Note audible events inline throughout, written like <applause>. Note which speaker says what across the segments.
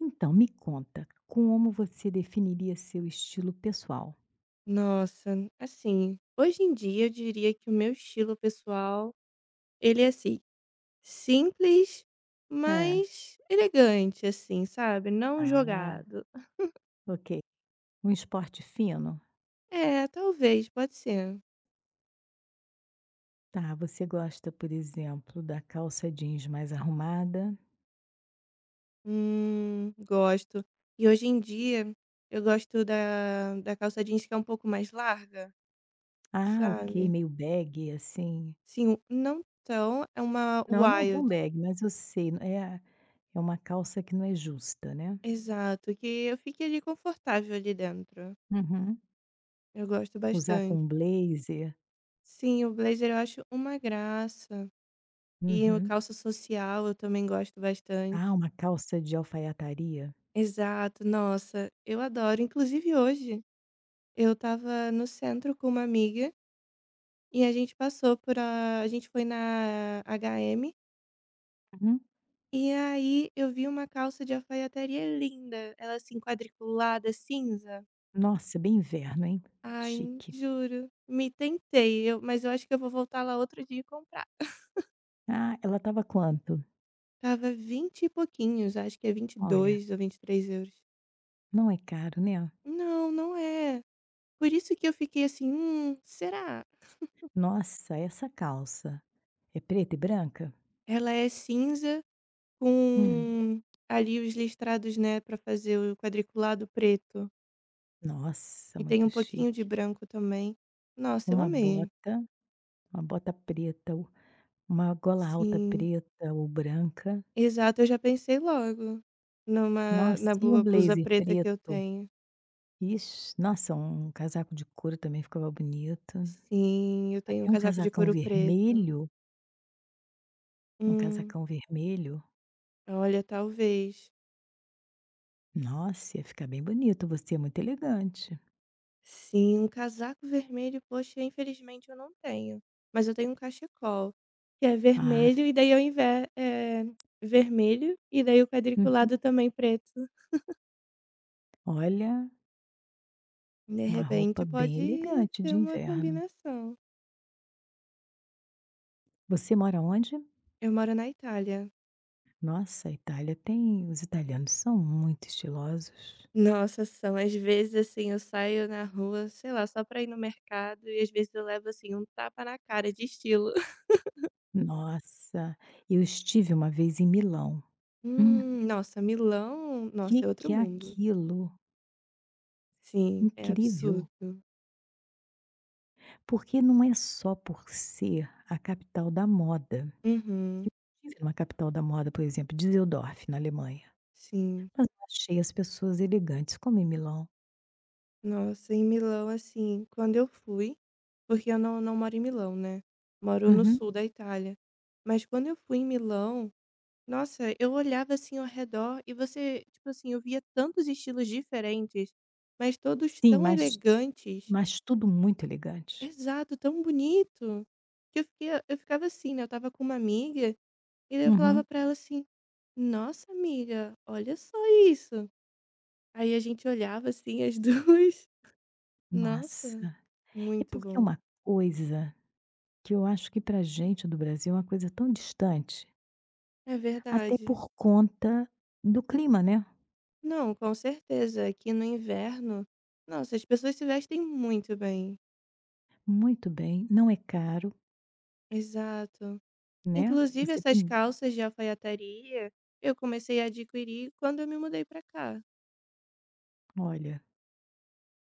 Speaker 1: Então me conta, como você definiria seu estilo pessoal?
Speaker 2: Nossa, assim, hoje em dia eu diria que o meu estilo pessoal, ele é assim, simples,
Speaker 1: Hã.
Speaker 2: mas elegante, assim, sabe? Não
Speaker 1: Ah,
Speaker 2: jogado.
Speaker 1: ok. Um esporte fino?
Speaker 2: É, talvez, pode ser.
Speaker 1: Tá, você gosta, por exemplo, da calça jeans mais arrumada.
Speaker 2: Gosto. E hoje em dia eu gosto da calça jeans que é um pouco mais larga,
Speaker 1: Ah, ok,
Speaker 2: sabe?
Speaker 1: meio bag, assim.
Speaker 2: Sim, não tão, é uma
Speaker 1: Não, não tão
Speaker 2: wild.
Speaker 1: bag, mas eu sei, é a é uma calça que não é justa, né.
Speaker 2: Exato, que eu fique ali confortável ali dentro.
Speaker 1: Uhum.
Speaker 2: Eu gosto
Speaker 1: Usar com
Speaker 2: bastante.
Speaker 1: um blazer.
Speaker 2: Sim, o blazer eu acho uma graça. E o
Speaker 1: Uhum.
Speaker 2: calça social eu também gosto
Speaker 1: Ah,
Speaker 2: bastante.
Speaker 1: uma calça de alfaiataria.
Speaker 2: Exato, nossa, eu adoro. Inclusive hoje eu estava no centro com uma amiga e a gente passou a gente foi na H&M
Speaker 1: Uhum.
Speaker 2: e aí eu vi uma calça de alfaiataria linda, ela assim quadriculada, cinza.
Speaker 1: Nossa, bem inverno, hein.
Speaker 2: Ai,
Speaker 1: Chique.
Speaker 2: juro, me tentei, eu, mas eu acho que eu vou voltar lá outro dia e comprar.
Speaker 1: Ah, ela estava quanto?
Speaker 2: Tava 20 e pouquinhos, acho que é vinte e
Speaker 1: Olha.
Speaker 2: dois ou 23 euros.
Speaker 1: Não é caro, né.
Speaker 2: Não, não é. Por isso que eu fiquei assim: será?".
Speaker 1: Nossa, essa calça é preta e branca?
Speaker 2: Ela é cinza
Speaker 1: Hum.
Speaker 2: com ali os listrados, né, pra fazer o quadriculado preto,
Speaker 1: Nossa,
Speaker 2: e tem um
Speaker 1: muito
Speaker 2: pouquinho de
Speaker 1: chique.
Speaker 2: branco também. Nossa, eu
Speaker 1: Uma
Speaker 2: amei.
Speaker 1: bota, uma bota preta, u uma gola alta
Speaker 2: Sim,
Speaker 1: preta ou branca.
Speaker 2: exato, eu já pensei logo numa
Speaker 1: Nossa,
Speaker 2: na
Speaker 1: e um
Speaker 2: boa blusa
Speaker 1: blazer
Speaker 2: preta que eu
Speaker 1: preto.
Speaker 2: tenho.
Speaker 1: Ixe, nossa, um casaco de couro também ficava bonito.
Speaker 2: Sim, eu tenho um
Speaker 1: Até um
Speaker 2: casaco de
Speaker 1: casacão
Speaker 2: couro preto.
Speaker 1: vermelho, um
Speaker 2: Hum,
Speaker 1: casacão vermelho.
Speaker 2: olha, talvez.
Speaker 1: Nossa, ia ficar bem bonito, você é muito elegante.
Speaker 2: Sim, um casaco vermelho, poxa, infelizmente eu não tenho, mas eu tenho um cachecol, que é
Speaker 1: Ah,
Speaker 2: vermelho
Speaker 1: fi
Speaker 2: e daí ao invés é vermelho e daí o
Speaker 1: hum,
Speaker 2: quadriculado também preto.
Speaker 1: olha,
Speaker 2: De
Speaker 1: uma roupa
Speaker 2: repente
Speaker 1: bem
Speaker 2: pode
Speaker 1: elegante
Speaker 2: ter
Speaker 1: de
Speaker 2: uma
Speaker 1: inverno.
Speaker 2: combinação.
Speaker 1: Você mora onde?
Speaker 2: Eu moro na Itália.
Speaker 1: Nossa, a Itália tem os italianos são muito estilosos.
Speaker 2: Nossa, são às vezes assim, eu saio na rua, sei lá, só pra ir no mercado e às vezes eu levo assim um tapa na cara de estilo. <laughs>
Speaker 1: Nossa, eu estive uma vez em Milão. Hum,
Speaker 2: Nossa, Milão, nossa, é outro
Speaker 1: que é
Speaker 2: mundo.
Speaker 1: aquilo?
Speaker 2: Sim, é
Speaker 1: Incrível,
Speaker 2: absurdo.
Speaker 1: porque não é só por ser a capital da moda.
Speaker 2: Uhum,
Speaker 1: Eu estive numa capital da moda, por exemplo, Düsseldorf, na Alemanha,
Speaker 2: sim.
Speaker 1: mas não achei as pessoas elegantes como em Milão.
Speaker 2: Nossa, em Milão, assim, quando eu fui porque eu não moro em Milão, né, moro no
Speaker 1: Uhum.
Speaker 2: sul da Itália. Mas quando eu fui em Milão, nossa, eu olhava, assim, ao redor e você tipo assim, eu via tantos estilos diferentes, mas todos
Speaker 1: Sim,
Speaker 2: tão
Speaker 1: mas
Speaker 2: elegantes.
Speaker 1: mas tudo muito elegante.
Speaker 2: Exato, tão bonito, que eu ficava assim, né, eu estava com uma amiga, e daí eu falava
Speaker 1: Uhum.
Speaker 2: pra ela assim: "Nossa amiga, olha só isso". Aí a gente olhava, assim, as <laughs> 2. Nossa,
Speaker 1: Nossa, é
Speaker 2: muito
Speaker 1: porque é
Speaker 2: bom.
Speaker 1: uma coisa. Que eu acho que para gente do Brasil é uma coisa tão distante,
Speaker 2: É
Speaker 1: até
Speaker 2: verdade.
Speaker 1: por conta do clima, né.
Speaker 2: Não, com certeza. Aqui no inverno, nossa, as pessoas se vestem muito bem.
Speaker 1: Muito bem, não é caro,
Speaker 2: Exato.
Speaker 1: né,
Speaker 2: Inclusive,
Speaker 1: você
Speaker 2: essas
Speaker 1: tem.
Speaker 2: calças de alfaiataria eu comecei a adquirir quando eu me mudei pra cá.
Speaker 1: Olha.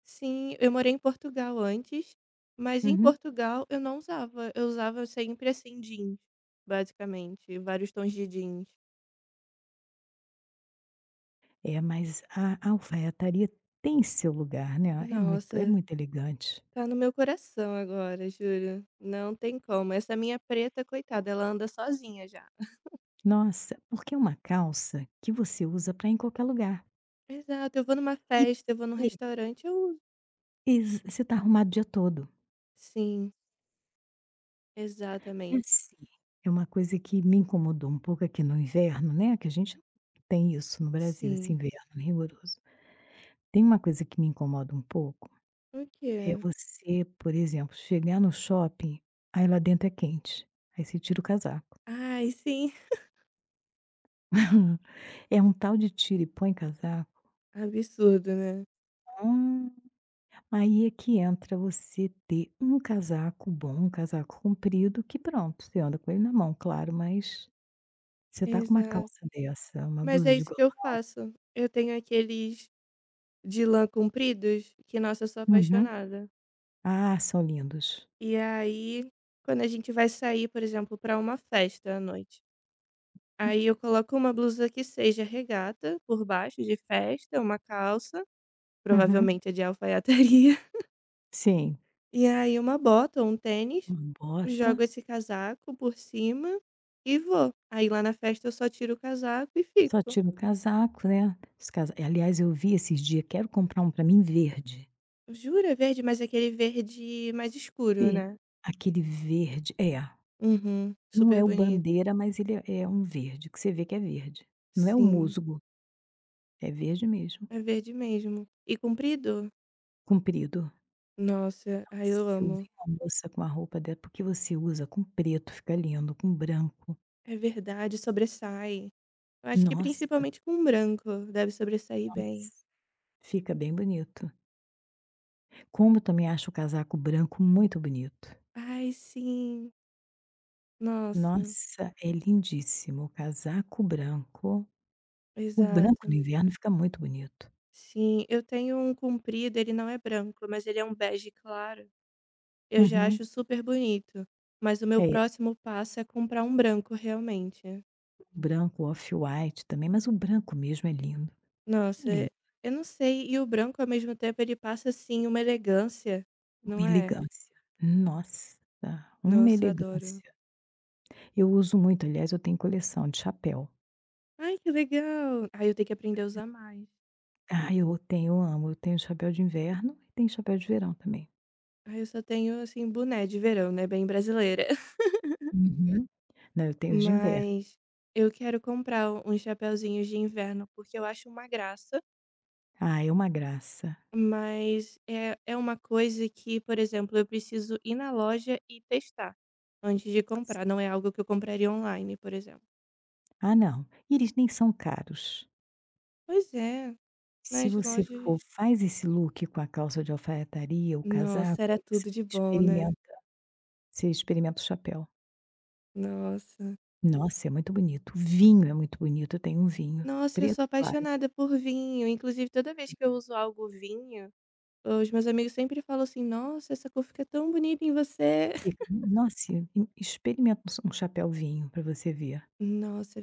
Speaker 2: Sim, eu morei em Portugal antes, mas em
Speaker 1: Uhum.
Speaker 2: Portugal eu não usava. Eu usava sempre assim jeans, basicamente, vários tons de jeans.
Speaker 1: É, mas a alfaiataria tem seu lugar, né, é
Speaker 2: Nossa,
Speaker 1: muito elegante.
Speaker 2: tá no meu coração agora, juro. Não tem como. Essa minha preta, coitada, ela anda sozinha já.
Speaker 1: Nossa, porque é uma calça que você usa para ir em qualquer lugar.
Speaker 2: Exato, eu vou numa
Speaker 1: E
Speaker 2: festa, eu vou num
Speaker 1: e
Speaker 2: restaurante, eu uso.
Speaker 1: ex você está arrumado o dia todo.
Speaker 2: Sim,
Speaker 1: E
Speaker 2: exatamente.
Speaker 1: assim, é uma coisa que me incomodou um pouco aqui no inverno, né, que a gente não tem isso no Brasil, esse
Speaker 2: Sim.
Speaker 1: inverno rigoroso. Tem uma coisa que me incomoda um pouco,
Speaker 2: O
Speaker 1: é
Speaker 2: quê?
Speaker 1: você, por exemplo, chegar no shopping, aí lá dentro é quente, aí você tira o casaco.
Speaker 2: Ai, sim. <laughs>
Speaker 1: <laughs> É um tal de tira e põe casaco.
Speaker 2: Absurdo, né?
Speaker 1: Hum. Aí é que entra você ter um casaco bom, um casaco comprido, que pronto, você anda com ele na mão, claro, mas você tá com uma
Speaker 2: Exato.
Speaker 1: calça dessa, uma
Speaker 2: Mas é
Speaker 1: blusa de
Speaker 2: isso
Speaker 1: gola.
Speaker 2: que eu faço. Eu tenho aqueles de lã compridos, que nossa, eu sou
Speaker 1: Uhum.
Speaker 2: apaixonada.
Speaker 1: Ah, são lindos.
Speaker 2: E aí, quando a gente vai sair, por exemplo, pra uma festa à noite,
Speaker 1: Hum,
Speaker 2: aí eu coloco uma blusa que seja regata por baixo de festa, uma calça,
Speaker 1: uhum.
Speaker 2: provavelmente é de alfaiataria.
Speaker 1: Sim,
Speaker 2: E aí uma bota ou um tênis,
Speaker 1: uma bota.
Speaker 2: jogo esse casaco por cima e vou. Aí lá na festa eu só tiro o casaco e
Speaker 1: Só
Speaker 2: fico.
Speaker 1: tiro o casaco, né, os casa aliás, eu vi esses dias, quero comprar um para mim verde,
Speaker 2: Jura? Verde, mas aquele verde mais escuro,
Speaker 1: ver
Speaker 2: né?
Speaker 1: aquele verde é,
Speaker 2: Uhum,
Speaker 1: não
Speaker 2: super
Speaker 1: é o
Speaker 2: bonito.
Speaker 1: bandeira, mas ele é é um verde, que você vê que é verde. Não é o
Speaker 2: Sim,
Speaker 1: musgo, é verde mesmo,
Speaker 2: é verde mesmo. E comprido?
Speaker 1: comprido.
Speaker 2: Nossa, ai
Speaker 1: Nossa,
Speaker 2: eu
Speaker 1: eu
Speaker 2: amo.
Speaker 1: vi uma moça com a roupa dela porque você usa com preto, fica lindo, com branco.
Speaker 2: É verdade, sobressai. Eu acho que
Speaker 1: Nossa,
Speaker 2: principalmente com branco deve sobressair bem.
Speaker 1: nossa, fica bem bonito. Como eu também acho o casaco branco muito bonito.
Speaker 2: Ai, sim. Nossa,
Speaker 1: Nossa, é lindíssimo, o casaco branco. O branco no
Speaker 2: exato.
Speaker 1: inverno fica muito bonito.
Speaker 2: Sim, eu tenho um comprido, ele não é branco, mas ele é um bege claro. Eu já
Speaker 1: Uhum.
Speaker 2: acho super bonito, mas o meu
Speaker 1: É,
Speaker 2: próximo passo é comprar um branco realmente.
Speaker 1: o branco, o off-white também, mas o branco mesmo é
Speaker 2: Nossa,
Speaker 1: lindo,
Speaker 2: eu não sei, e o branco ao mesmo tempo ele passa assim uma elegância,
Speaker 1: uma
Speaker 2: não é?
Speaker 1: elegância. Nossa, uma
Speaker 2: Nossa, adoro.
Speaker 1: elegância. Eu uso muito, aliás, eu tenho coleção de chapéu.
Speaker 2: Ai, que legal. Ai, eu tenho que aprender a usar mais.
Speaker 1: Ah, eu tenho, eu amo. Eu tenho chapéu de inverno e tenho chapéu de verão também.
Speaker 2: Ai, eu só tenho assim boné de verão, né, bem brasileira. <laughs>
Speaker 1: Uhum. Não, eu tenho os de inverno.
Speaker 2: Mas eu quero comprar uns chapeuzinhos de inverno porque eu acho uma graça.
Speaker 1: Ah, é uma graça.
Speaker 2: Mas é é uma coisa que, por exemplo, eu preciso ir na loja e testar antes de comprar,
Speaker 1: Sim.
Speaker 2: não é algo que eu compraria online, por exemplo.
Speaker 1: Ah, não, e eles nem são caros.
Speaker 2: Pois é,
Speaker 1: Se
Speaker 2: nas
Speaker 1: você for
Speaker 2: lojas
Speaker 1: faz esse look com a calça de alfaiataria, o
Speaker 2: nossa,
Speaker 1: casaco,
Speaker 2: era
Speaker 1: aí
Speaker 2: tudo
Speaker 1: você
Speaker 2: de bom, né.
Speaker 1: experimenta. Você experimenta o chapéu.
Speaker 2: Nossa.
Speaker 1: Nossa, é muito bonito. O vinho é muito bonito, eu tenho um vinho
Speaker 2: Nossa, eu sou
Speaker 1: preto claro,
Speaker 2: apaixonada por vinho, inclusive toda vez que eu uso algo vinho, os meus amigos sempre falam assim: "Nossa, essa cor fica tão bonita em você".
Speaker 1: fica
Speaker 2: <laughs>
Speaker 1: nossa, experimenta um s um chapéu vinho para você ver,
Speaker 2: Nossa, é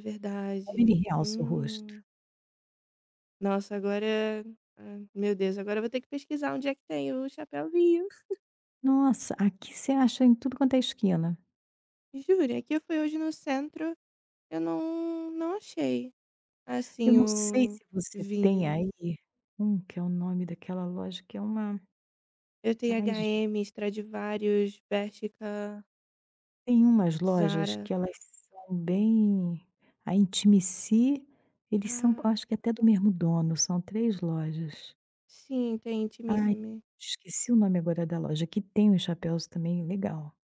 Speaker 1: como
Speaker 2: verdade.
Speaker 1: ele realça o rosto.
Speaker 2: Hum. Nossa, agora ah, meu Deus, agora eu vou ter que pesquisar onde é que tem o Chapeuzinho.
Speaker 1: Nossa, aqui você acha em tudo quanto é esquina.
Speaker 2: Juro, é que eu fui hoje no centro, eu não achei,
Speaker 1: Eu
Speaker 2: assim,
Speaker 1: não sei
Speaker 2: o
Speaker 1: se você tem
Speaker 2: vinho.
Speaker 1: aí um que é o nome daquela loja que é uma
Speaker 2: Eu tenho
Speaker 1: ai gen
Speaker 2: H&M, Stradivarius, Bershka,
Speaker 1: tem umas lojas
Speaker 2: Zara.
Speaker 1: que elas são bem a Intimici, eles são
Speaker 2: Ah,
Speaker 1: acho que até do mesmo dono, são 3 lojas.
Speaker 2: sim, tem
Speaker 1: Ai,
Speaker 2: Intimissimi.
Speaker 1: esqueci o nome agora da loja, que tem uns chapéus também legal.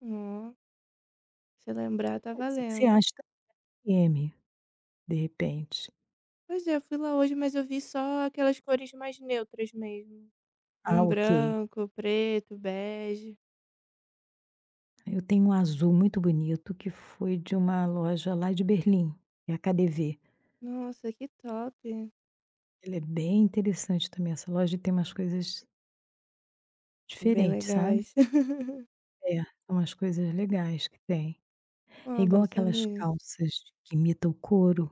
Speaker 2: Ó, se lembrar, tá
Speaker 1: Pode ser que você
Speaker 2: valendo.
Speaker 1: ache da UEM, de repente.
Speaker 2: Pois é, eu fui lá hoje, mas eu vi só aquelas cores mais neutras mesmo.
Speaker 1: Ah,
Speaker 2: Um
Speaker 1: ok.
Speaker 2: branco, preto, bege.
Speaker 1: Eu tenho um azul muito bonito que foi de uma loja lá de Berlim, é a KaDeWe.
Speaker 2: Nossa, que top.
Speaker 1: Ela é bem interessante também, essa loja tem umas coisas
Speaker 2: Bem
Speaker 1: diferentes, sabe.
Speaker 2: legais. <laughs>
Speaker 1: É, são umas coisas legais que tem. É
Speaker 2: Ó,
Speaker 1: igual
Speaker 2: bom
Speaker 1: aquelas
Speaker 2: saber.
Speaker 1: calças que imitam o couro,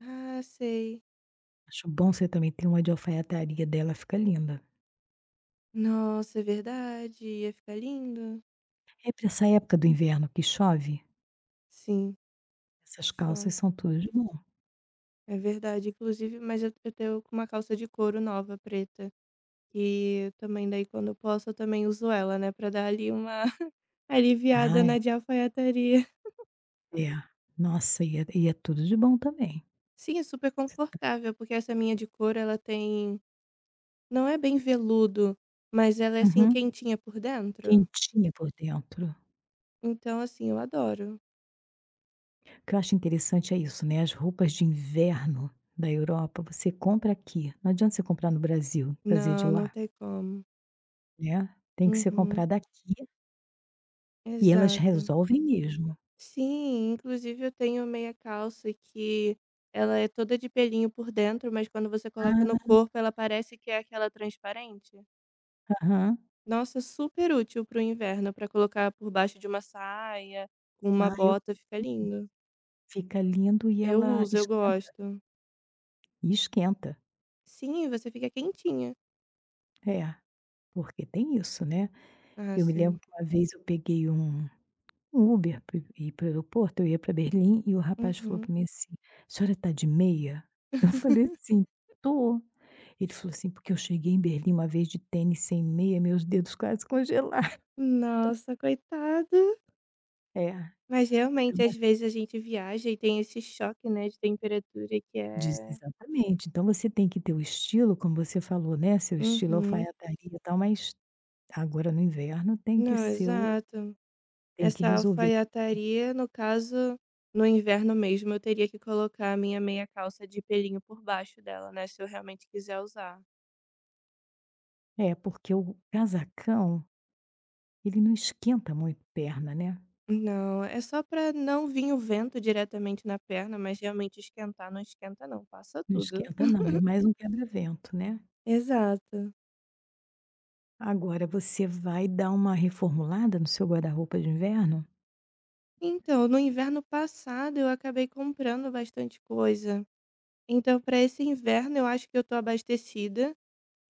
Speaker 2: Ah, sei.
Speaker 1: acho bom você também ter uma de alfaiataria dela, fica linda.
Speaker 2: Nossa, é verdade, ia ficar lindo.
Speaker 1: É para essa época do inverno que chove.
Speaker 2: Sim,
Speaker 1: Essas calças
Speaker 2: show.
Speaker 1: são tudo de bom.
Speaker 2: É verdade, inclusive, mas eu tenho uma calça de couro nova, preta, que também daí quando eu posso eu também uso ela, né, pra dar ali uma <laughs> aliviada
Speaker 1: Ai,
Speaker 2: na de alfaiataria.
Speaker 1: é. Nossa, e é tudo de bom também.
Speaker 2: Sim, é super
Speaker 1: Você tá-
Speaker 2: confortável, porque essa minha de couro, ela tem, não é bem veludo, mas ela é assim
Speaker 1: uhum.
Speaker 2: quentinha por dentro.
Speaker 1: Quentinha por dentro.
Speaker 2: Então, assim, eu adoro.
Speaker 1: O que eu acho interessante é isso, né, as roupas de inverno da Europa, você compra aqui, não adianta você comprar no Brasil, trazer de
Speaker 2: Não, não
Speaker 1: lá,
Speaker 2: tem como.
Speaker 1: né, tem que ser
Speaker 2: Uhum.
Speaker 1: comprada aqui e elas
Speaker 2: Exato.
Speaker 1: resolvem mesmo.
Speaker 2: Sim, inclusive eu tenho meia calça que ela é toda de pelinho por dentro, mas quando você coloca no
Speaker 1: Ah,
Speaker 2: corpo, ela parece que é aquela transparente.
Speaker 1: aham.
Speaker 2: Nossa, super útil para o inverno, para colocar por baixo de uma saia, com uma
Speaker 1: Ah, eu
Speaker 2: bota, fica lindo.
Speaker 1: fica lindo e
Speaker 2: Eu
Speaker 1: ela
Speaker 2: uso, eu
Speaker 1: esquenta,
Speaker 2: gosto.
Speaker 1: e esquenta.
Speaker 2: Sim, você fica quentinha.
Speaker 1: É, porque tem isso, né.
Speaker 2: Ah,
Speaker 1: Eu me lembro
Speaker 2: sim.
Speaker 1: que uma vez eu peguei um um Uber para ir para o aeroporto, eu ia para Berlim e o rapaz falou
Speaker 2: Uhum.
Speaker 1: para mim assim: "A senhora está de meia?" <laughs> Eu falei assim: "Tô". Ele falou assim: "Porque eu cheguei em Berlim uma vez de tênis sem meia, meus dedos quase congelaram". <laughs>
Speaker 2: Nossa, coitado.
Speaker 1: É,
Speaker 2: Mas realmente,
Speaker 1: então
Speaker 2: às
Speaker 1: a
Speaker 2: vezes a gente viaja e tem esse choque, né, de temperatura que
Speaker 1: disse
Speaker 2: é.
Speaker 1: exatamente. Então você tem que ter o estilo, como você falou, né, seu estilo
Speaker 2: Uhum.
Speaker 1: alfaiataria e tal, mas agora no inverno tem que
Speaker 2: Não,
Speaker 1: ser o
Speaker 2: exato.
Speaker 1: tem que
Speaker 2: Essa
Speaker 1: resolver também.
Speaker 2: alfaiataria, no caso, no inverno mesmo, eu teria que colocar a minha meia calça de pelinho por baixo dela, né, se eu realmente quiser usar.
Speaker 1: É, porque o casacão, ele não esquenta muito perna, né.
Speaker 2: Não, é só pra não vir o vento diretamente na perna, mas realmente esquentar não esquenta não, passa
Speaker 1: Não
Speaker 2: tudo.
Speaker 1: esquenta não, é mais um quebra-vento, né.
Speaker 2: Exato.
Speaker 1: Agora você vai dar uma reformulada no seu guarda-roupa de inverno?
Speaker 2: Então, no inverno passado eu acabei comprando bastante coisa. Então, para esse inverno eu acho que eu tô abastecida.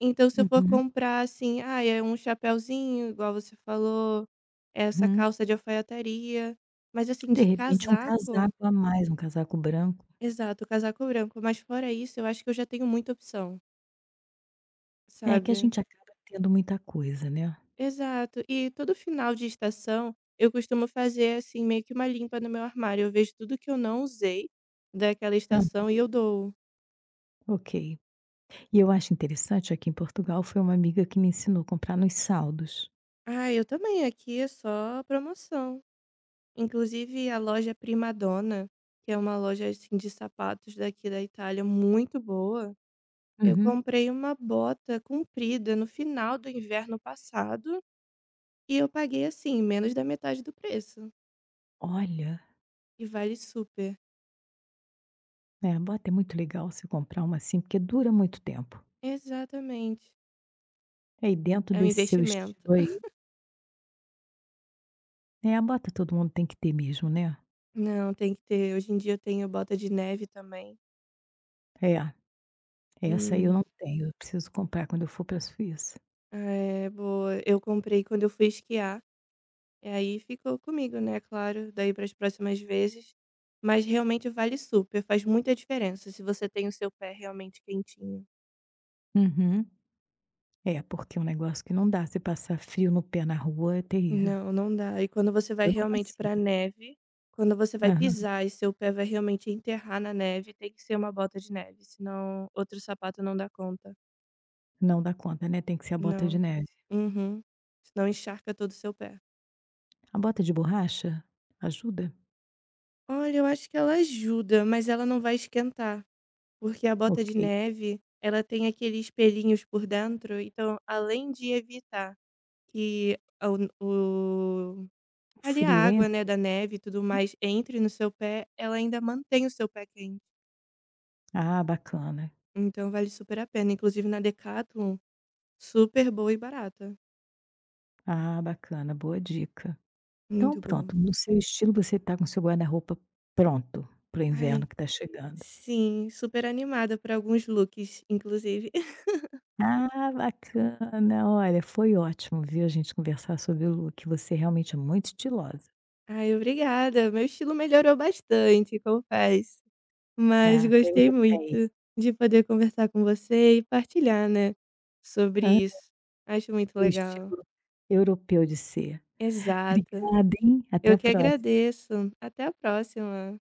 Speaker 2: Então se eu for
Speaker 1: Uhum,
Speaker 2: comprar, assim, ah é um chapéuzinho igual você falou, essa
Speaker 1: uhum.
Speaker 2: calça de alfaiataria, mas assim,
Speaker 1: De
Speaker 2: de Uhum.
Speaker 1: repente um
Speaker 2: casaco
Speaker 1: casaco a mais, um casaco branco.
Speaker 2: exato, casaco branco, mas fora isso, eu acho que eu já tenho muita opção,
Speaker 1: É que a
Speaker 2: sabe.
Speaker 1: gente acaba tendo muita coisa, né.
Speaker 2: Exato. E todo final de estação, eu costumo fazer, assim, meio que uma limpa no meu armário, eu vejo tudo que eu não usei daquela
Speaker 1: Hã,
Speaker 2: estação e eu dou.
Speaker 1: ok. E eu acho interessante, aqui em Portugal, foi uma amiga que me ensinou a comprar nos saldos.
Speaker 2: Ah, eu também, aqui é só promoção. Inclusive a loja Prima Donna, que é uma loja, assim, de sapatos daqui da Itália muito boa, eu
Speaker 1: Uhum.
Speaker 2: comprei uma bota comprida no final do inverno passado e eu paguei, assim, menos da metade do preço
Speaker 1: Olha,
Speaker 2: e vale super.
Speaker 1: é, bota é muito legal você comprar uma assim, porque dura muito tempo.
Speaker 2: Exatamente.
Speaker 1: É, e dentro
Speaker 2: É um
Speaker 1: desse seu
Speaker 2: investimento.
Speaker 1: estilo aí é, a bota todo mundo tem que ter mesmo, né.
Speaker 2: Não, tem que ter. Hoje em dia eu tenho bota de neve também.
Speaker 1: É, essa aí eu não
Speaker 2: Hum,
Speaker 1: tenho, eu preciso comprar quando eu for para a Suíça.
Speaker 2: é boa. Eu comprei quando eu fui esquiar. E aí ficou comigo, né, claro, daí para as próximas vezes. Mas realmente vale super, faz muita diferença se você tem o seu pé realmente quentinho.
Speaker 1: Uhum. É, porque é um negócio que não dá, se passar frio no pé na rua é terrível.
Speaker 2: Não, não dá. E quando você vai
Speaker 1: Eu não
Speaker 2: realmente
Speaker 1: consigo.
Speaker 2: pra neve, quando você vai
Speaker 1: Aham.
Speaker 2: pisar e seu pé vai realmente enterrar na neve, tem que ser uma bota de neve, senão outro sapato não dá conta.
Speaker 1: Não dá conta, né, tem que ser a bota de
Speaker 2: Não.
Speaker 1: neve.
Speaker 2: Uhum. Senão encharca todo o seu pé.
Speaker 1: A bota de borracha ajuda?
Speaker 2: Olha, eu acho que ela ajuda, mas ela não vai esquentar. Porque a bota
Speaker 1: Ok.
Speaker 2: de neve, ela tem aqueles pelinhos por dentro, então além de evitar que a o
Speaker 1: O
Speaker 2: ali a
Speaker 1: frio
Speaker 2: água, né,
Speaker 1: entra?
Speaker 2: da neve e tudo mais entre no seu pé, ela ainda mantém o seu pé quente.
Speaker 1: Ah, bacana.
Speaker 2: Então vale super a pena, inclusive na Decathlon, super boa e barata.
Speaker 1: Ah, bacana, boa dica. Então
Speaker 2: Muito boa.
Speaker 1: pronto, no seu estilo você tá com seu guarda-roupa pronto para o inverno
Speaker 2: Ai,
Speaker 1: que tá chegando.
Speaker 2: sim, super animada pra alguns looks, inclusive. <laughs>
Speaker 1: Ah, bacana. Olha, foi ótimo, viu, a gente conversar sobre o look, você realmente é muito estilosa.
Speaker 2: Ai, obrigada, meu estilo melhorou bastante, confesso. Mas
Speaker 1: Ah, tá, até
Speaker 2: gostei
Speaker 1: europeia.
Speaker 2: muito de poder conversar com você e partilhar, né, sobre
Speaker 1: Hã.
Speaker 2: isso. Acho muito
Speaker 1: O
Speaker 2: legal.
Speaker 1: estilo europeu de ser.
Speaker 2: Exato.
Speaker 1: Obrigada, hein, até
Speaker 2: Eu
Speaker 1: a
Speaker 2: que
Speaker 1: próxima.
Speaker 2: agradeço. Até a próxima.